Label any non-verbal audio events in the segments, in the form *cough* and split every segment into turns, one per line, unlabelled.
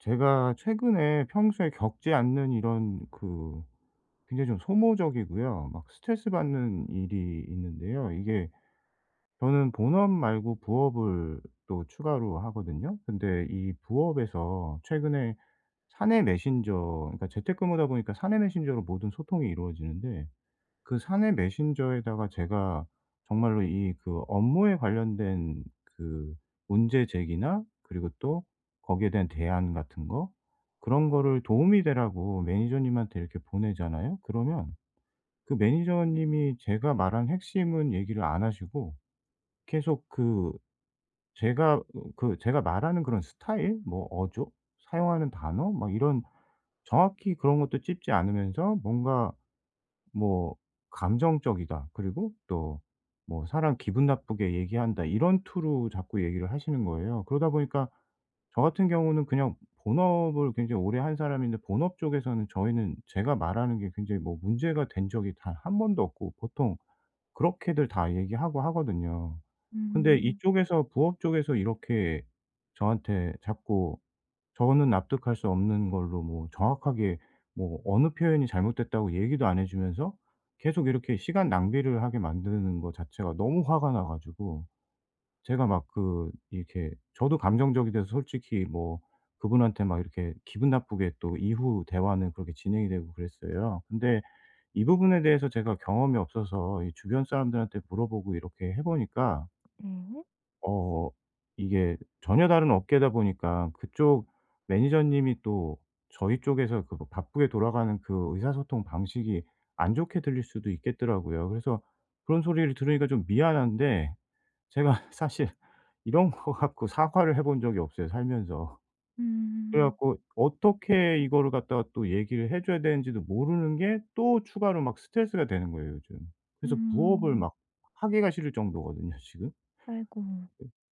제가 최근에 평소에 겪지 않는 이런 그 굉장히 좀 소모적이고요. 막 스트레스 받는 일이 있는데요. 이게 저는 본업 말고 부업을 또 추가로 하거든요. 근데 이 부업에서 최근에 사내 메신저, 그러니까 재택근무다 보니까 사내 메신저로 모든 소통이 이루어지는데, 그 사내 메신저에다가 제가 정말로 이 그 업무에 관련된 그 문제 제기나, 그리고 또 거기에 대한 대안 같은 거, 그런 거를 도움이 되라고 매니저님한테 이렇게 보내잖아요. 그러면 그 매니저님이 제가 말한 핵심은 얘기를 안 하시고 계속 그 제가 그 제가 말하는 그런 스타일, 뭐 어조, 사용하는 단어, 막 이런, 정확히 그런 것도 찝지 않으면서 뭔가 뭐 감정적이다, 그리고 또 뭐 사람 기분 나쁘게 얘기한다, 이런 투로 자꾸 얘기를 하시는 거예요. 그러다 보니까 저 같은 경우는 그냥 본업을 굉장히 오래 한 사람인데, 본업 쪽에서는 저희는 제가 말하는 게 굉장히 뭐 문제가 된 적이 단 한 번도 없고, 보통 그렇게들 다 얘기하고 하거든요. 근데
음.
이쪽에서, 부업 쪽에서 이렇게 저한테 자꾸, 저는 납득할 수 없는 걸로, 뭐 정확하게 뭐 어느 표현이 잘못됐다고 얘기도 안 해 주면서 계속 이렇게 시간 낭비를 하게 만드는 거 자체가 너무 화가 나 가지고, 제가 막 그 이렇게 저도 감정적이 돼서 솔직히 뭐 그분한테 막 이렇게 기분 나쁘게, 또 이후 대화는 그렇게 진행이 되고 그랬어요. 근데 이 부분에 대해서 제가 경험이 없어서 이 주변 사람들한테 물어보고 이렇게 해 보니까
네.
어 이게 전혀 다른 업계다 보니까 그쪽 매니저님이 또 저희 쪽에서 그 뭐 바쁘게 돌아가는 그 의사소통 방식이 안 좋게 들릴 수도 있겠더라고요. 그래서 그런 소리를 들으니까 좀 미안한데, 제가 *laughs* 사실 이런 거 갖고 사과를 해본 적이 없어요 살면서. 그래
음.
갖고 어떻게 이거를 갖다가 또 얘기를 해 줘야 되는지도 모르는 게 또 추가로 막 스트레스가 되는 거예요 요즘. 그래서 부업을
음.
막 하기가 싫을 정도거든요 *laughs* 지금.
아이고.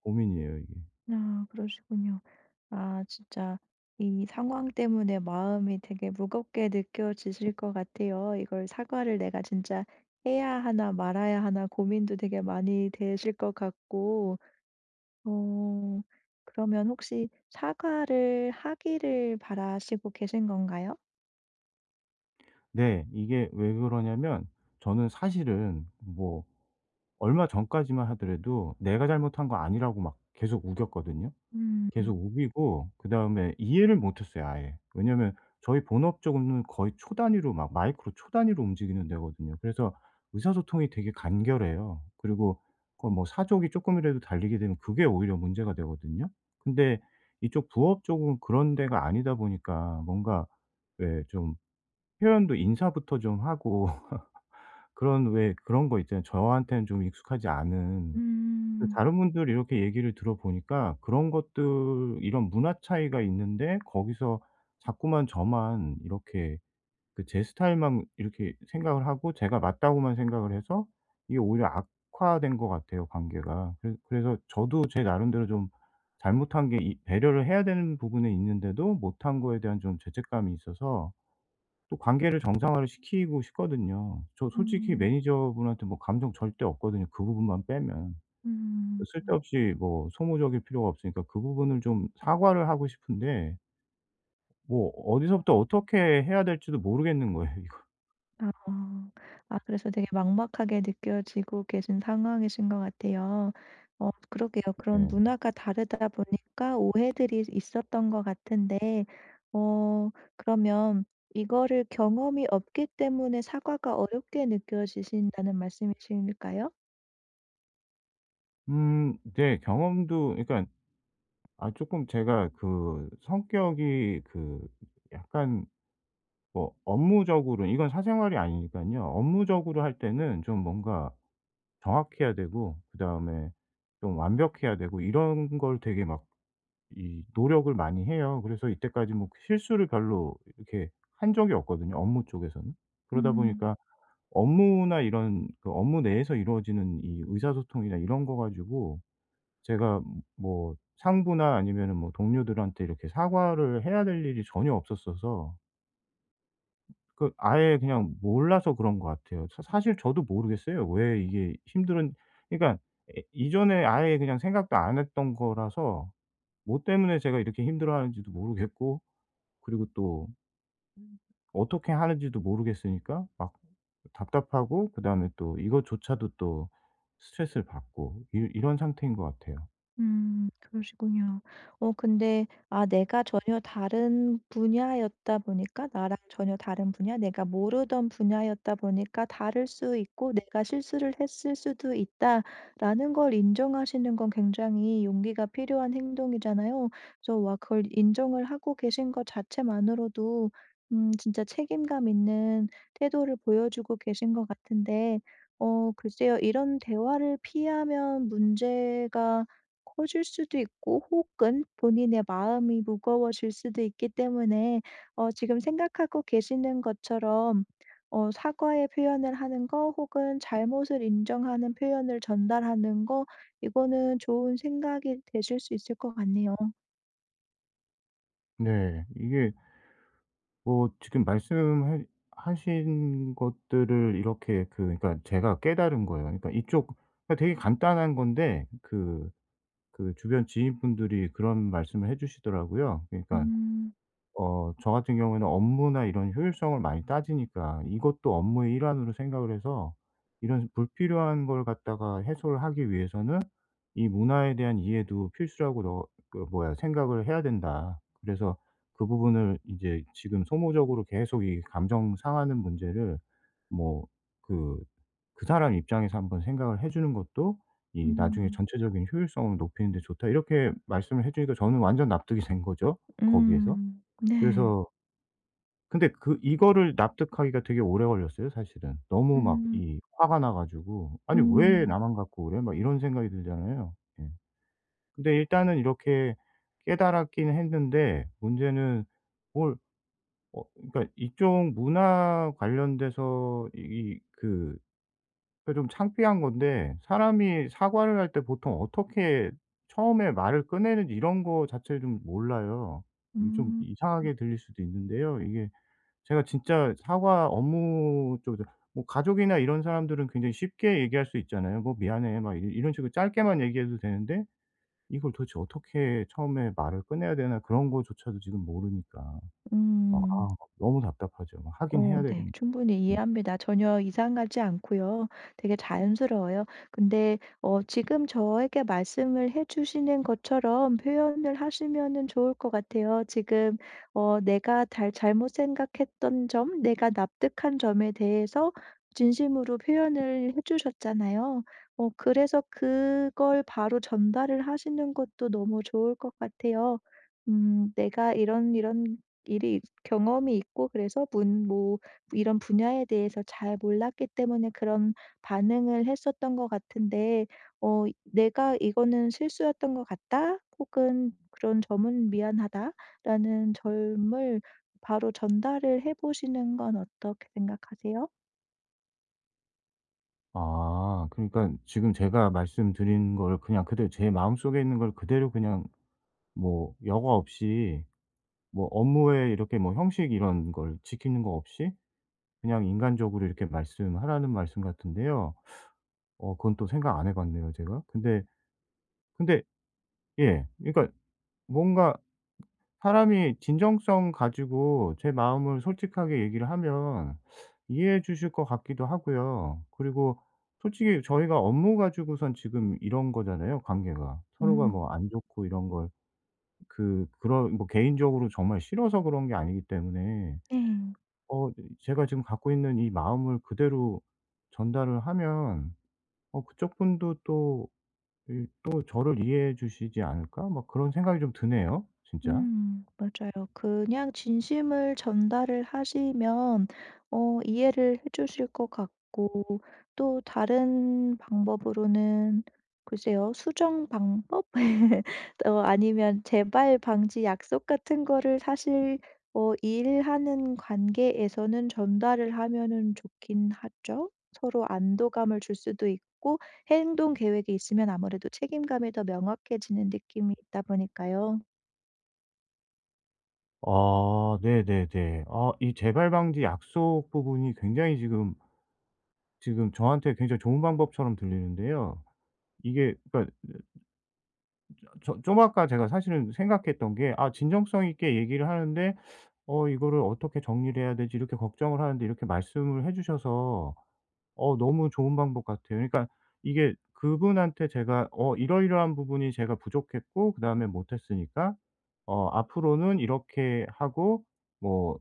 고민이에요 이게.
아, 그러시군요. 아, 진짜 이 상황 때문에 마음이 되게 무겁게 느껴지실 것 같아요. 이걸 사과를 내가 진짜 해야 하나 말아야 하나 고민도 되게 많이 되실 것 같고, 어, 그러면 혹시 사과를 하기를 바라시고 계신 건가요?
네. 이게 왜 그러냐면, 저는 사실은 뭐 얼마 전까지만 하더라도 내가 잘못한 거 아니라고 막 계속 우겼거든요.
음.
계속 우기고 그다음에 이해를 못 했어요 아예. 왜냐면 저희 본업 쪽은 거의 초 단위로, 막 마이크로 초 단위로 움직이는 데거든요. 그래서 의사소통이 되게 간결해요. 그리고 그 뭐 사족이 쪼끔이라도 달리게 되면 그게 오히려 문제가 되거든요. 근데 이쪽 부업 쪽은 그런 데가 아니다 보니까, 뭔가 왜 좀 표현도 인사부터 좀 하고, *laughs* 그런 왜 그런 거 있잖아요. 저한테는 좀 익숙하지 않은. 근데
음.
다른 분들 이렇게 얘기를 들어보니까 그런 것들, 이런 문화 차이가 있는데 거기서 자꾸만 저만 이렇게 그 제 스타일만 이렇게 생각을 하고 제가 맞다고만 생각을 해서 이게 오히려 악화된 것 같아요, 관계가. 그래 그래서 저도 제 나름대로 좀 잘못한 게, 이 배려를 해야 되는 부분에 있는데도 못한 거에 대한 좀 죄책감이 있어서 또 관계를 정상화를 시키고 싶거든요. 저 솔직히
음.
매니저분한테 뭐 감정 절대 없거든요, 그 부분만 빼면.
음.
쓸데없이 뭐 소모적일 필요가 없으니까 그 부분을 좀 사과를 하고 싶은데 뭐 어디서부터 어떻게 해야 될지도 모르겠는 거예요 *laughs* 이거.
아. 아, 그래서 되게 막막하게 느껴지고 계신 상황이신 것 같아요. 어, 그러게요. 그런
예.
문화가 다르다 보니까 오해들이 있었던 것 같은데, 어, 그러면 이거를 경험이 없기 때문에 사과가 어렵게 느껴지신다는 말씀이실까요?
음. 네. 경험도, 그러니까 아, 쪼끔 제가 그 성격이 그 약간 뭐 업무적으로, 이건 사생활이 아니니깐요. 업무적으로 할 때는 좀 뭔가 정확해야 되고, 그다음에 좀 완벽해야 되고, 이런 걸 되게 막 이 노력을 많이 해요. 그래서 이때까지 뭐 그 실수를 별로 이렇게 한 적이 없거든요, 업무 쪽에서는. 그러다
음.
보니까 업무나 이런 그 업무 내에서 이루어지는 이 의사소통이나 이런 거 가지고 제가 뭐 상부나 아니면은 뭐 동료들한테 이렇게 사과를 해야 될 일이 전혀 없었어서 그 아예 그냥 몰라서 그런 것 같아요. 사 사실 저도 모르겠어요. 왜 이게 힘들은, 그러니까 이전에 아예 그냥 생각도 안 했던 거라서 뭐 때문에 제가 이렇게 힘들어하는지도 모르겠고, 그리고 또 어떻게 하는지도 모르겠으니까 막 답답하고, 그다음에 또 이것조차도 또 스트레스를 받고, 이 이런 상태인 것 같아요.
음, 그러시군요. 어, 근데 아, 내가 전혀 다른 분야였다 보니까, 나랑 전혀 다른 분야, 내가 모르던 분야였다 보니까 다를 수 있고 '내가 실수를 했을 수도 있다.'라는 걸 인정하시는 건 굉장히 용기가 필요한 행동이잖아요. 그래서 와, 그걸 인정을 하고 계신 것 자체만으로도 음, 진짜 책임감 있는 태도를 보여주고 계신 것 같은데, 어, 글쎄요. 이런 대화를 피하면 문제가 커질 수도 있고 혹은 본인의 마음이 무거워질 수도 있기 때문에, 어, 지금 생각하고 계시는 것처럼, 어, 사과의 표현을 하는 거, 혹은 잘못을 인정하는 표현을 전달하는 거, 이거는 좋은 생각이 되실 수 있을 것 같네요.
네. 이게 뭐 지금 말씀 하신 것들을 이렇게 그 그러니까 제가 깨달은 거예요. 그러니까 이쪽, 그러니까 되게 간단한 건데, 그 주변 지인분들이 그런 말씀을 해 주시더라고요. 그러니까
음.
저 같은 경우에는 업무나 이런 효율성을 많이 따지니까 이것도 업무의 일환으로 생각을 해서, 이런 불필요한 걸 갖다가 해소를 하기 위해서는 이 문화에 대한 이해도 필수라고, 너 그 뭐야, 생각을 해야 된다. 그래서 그 부분을 이제 지금 소모적으로 계속 이 감정 상하는 문제를, 뭐 그 사람 입장에서 한번 생각을 해 주는 것도 이 나중에
음.
전체적인 효율성을 높이는 데 좋다, 이렇게 말씀을 해 주니까 저는 완전 납득이 된 거죠, 거기에서.
음. 네.
그래서 근데 그 이거를 납득하기가 되게 오래 걸렸어요 사실은. 너무 막
음.
이 화가 나 가지고 '아니, 왜
음.
나만 갖고 그래?' 막 이런 생각이 들잖아요. 예. 근데 일단은 이렇게 깨달았긴 했는데, 문제는 뭘, 그러니까 이쪽 문화 관련돼서 이 그 그러니까 좀 창피한 건데, 사람이 사과를 할 때 보통 어떻게 처음에 말을 꺼내는지 이런 거 자체를 좀 몰라요. 이게 좀
음. 음.
이상하게 들릴 수도 있는데요. 이게 제가 진짜 사과, 업무 쪽에서 뭐 가족이나 이런 사람들은 굉장히 쉽게 얘기할 수 있잖아요. "뭐 미안해." 막 이 이런 식으로 짧게만 얘기해도 되는데, 이걸 도대체 어떻게 처음에 말을 꺼내야 되나, 그런 거조차도 지금 모르니까. 아
음.
아 너무 답답하죠. 하긴
어,
해야
네.
되겠네.
충분히 이해합니다. 전혀 이상하지 않고요. 되게 자연스러워요. 근데 어, 지금 저에게 말씀을 해 주시는 것처럼 표현을 하시면은 좋을 것 같아요. 지금, 어, 내가 달 잘못 생각했던 점, 내가 납득한 점에 대해서 진심으로 표현을 해 주셨잖아요. 어, 그래서 그걸 바로 전달을 하시는 것도 너무 좋을 것 같아요. 음, "내가 이런 일이 경험이 있고, 그래서 문 뭐 이런 분야에 대해서 잘 몰랐기 때문에 그런 반응을 했었던 것 같은데, 어, '내가 이거는 실수였던 것 같다.' 혹은 '그런 점은 미안하다.'라는 점을 바로 전달을 해 보시는 건 어떻게 생각하세요?
아, 그러니까 지금 제가 말씀드린 걸 그냥 그대로, 제 마음속에 있는 걸 그대로, 그냥 뭐 여과 없이, 뭐 업무에 이렇게 뭐 형식 이런 걸 지키는 거 없이 그냥 인간적으로 이렇게 말씀하라는 말씀 같은데요. 그건 또 생각 안 해 봤네요 제가. 근데 예, 그러니까 뭔가 사람이 진정성 가지고 제 마음을 솔직하게 얘기를 하면 이해해 주실 것 같기도 하고요. 그리고 솔직히 저희가 업무 가지고선 지금 이런 거잖아요, 관계가. 서로가
음,
뭐 안 좋고 이런 걸 그 그런 뭐 개인적으로 정말 싫어서 그런 게 아니기 때문에,
네.
어 제가 지금 갖고 있는 이 마음을 그대로 전달을 하면 그쪽 분도 또 이 '또 저를 이해해 주시지 않을까?' 막 그런 생각이 좀 드네요 진짜.
음, 맞아요. 그냥 진심을 전달을 하시면, 어, 이해를 해 주실 것 같고, 또 다른 방법으로는 글쎄요. 수정 방법? *laughs* 어, 아니면 재발 방지 약속 같은 거를 사실, 어, 일하는 관계에서는 전달을 하면은 좋긴 하죠. 서로 안도감을 줄 수도 있고, 행동 계획이 있으면 아무래도 책임감이 더 명확해지는 느낌이 있다 보니까요.
아 네네네. 아, 이 재발 방지 약속 부분이 굉장히 지금, 저한테 굉장히 좋은 방법처럼 들리는데요. 이게 그러니까 저 좀 아까 제가 사실은 생각했던 게 '아 진정성 있게 얘기를 하는데 이거를 어떻게 정리를 해야 되지?' 이렇게 걱정을 하는데, 이렇게 말씀을 해 주셔서 너무 좋은 방법 같아요. 그러니까 이게 그분한테 제가 이러이러한 부분이 제가 부족했고 그다음에 못 했으니까 앞으로는 이렇게 하고 뭐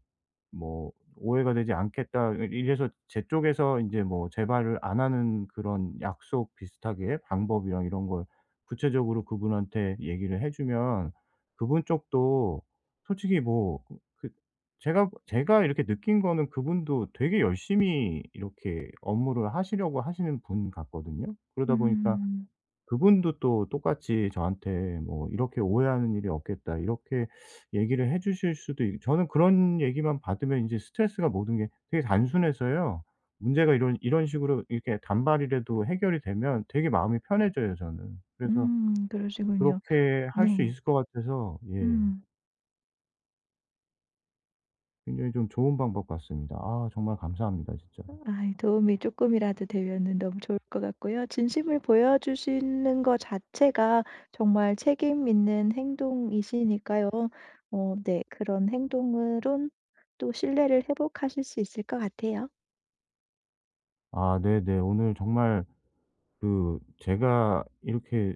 뭐 오해가 되지 않겠다. 이래서 제 쪽에서 이제 뭐 재발을 안 하는 그런 약속 비슷하게 방법이랑 이런 걸 구체적으로 그분한테 얘기를 해 주면 그분 쪽도 솔직히 뭐그 제가 이렇게 느낀 거는 그분도 되게 열심히 이렇게 업무를 하시려고 하시는 분 같거든요. 그러다 보니까
음.
그분도 또 똑같이 저한테 뭐 "이렇게 오해하는 일이 없겠다." 이렇게 얘기를 해 주실 수도 있, 저는 그런 얘기만 받으면 인제 스트레스가, 모든 게 되게 단순해서요. 문제가 이런 이런 식으로 이렇게 단발이라도 해결이 되면 되게 마음이 편해져요 저는. 그래서
음, 그러시군요.
그렇게 할 수
네.
있을 것 같아서, 예,
음.
굉장히 좀 좋은 방법 같습니다. 아 정말 감사합니다 진짜로.
아, 도움이 조금이라도 되면은 너무 좋을 것 같고요. 진심을 보여주시는 것 자체가 정말 책임 있는 행동이시니까요. 어, 네. 그런 행동으론 또 신뢰를 회복하실 수 있을 것 같아요.
아 네네. 오늘 정말 그 제가 이렇게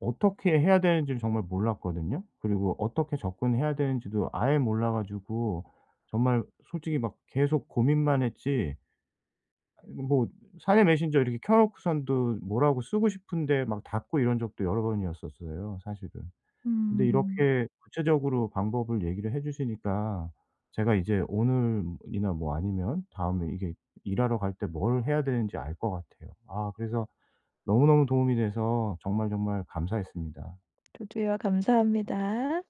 어떻게 해야 되는지를 정말 몰랐거든요. 그리고 어떻게 접근해야 되는지도 아예 몰라 가지고 정말 솔직히 막 계속 고민만 했지, 뭐 사내 메신저 이렇게 켜 놓고선도 뭐라고 쓰고 싶은데 막 닫고 이런 적도 여러 번이었었어요 사실은. 근데
음.
이렇게 구체적으로 방법을 얘기를 해 주시니까 제가 이제 오늘이나 뭐 아니면 다음에 이게 일하러 갈 때 뭘 해야 되는지 알 것 같아요. 아 그래서 너무너무 도움이 돼서 정말 정말 감사했습니다.
저도요. 감사합니다.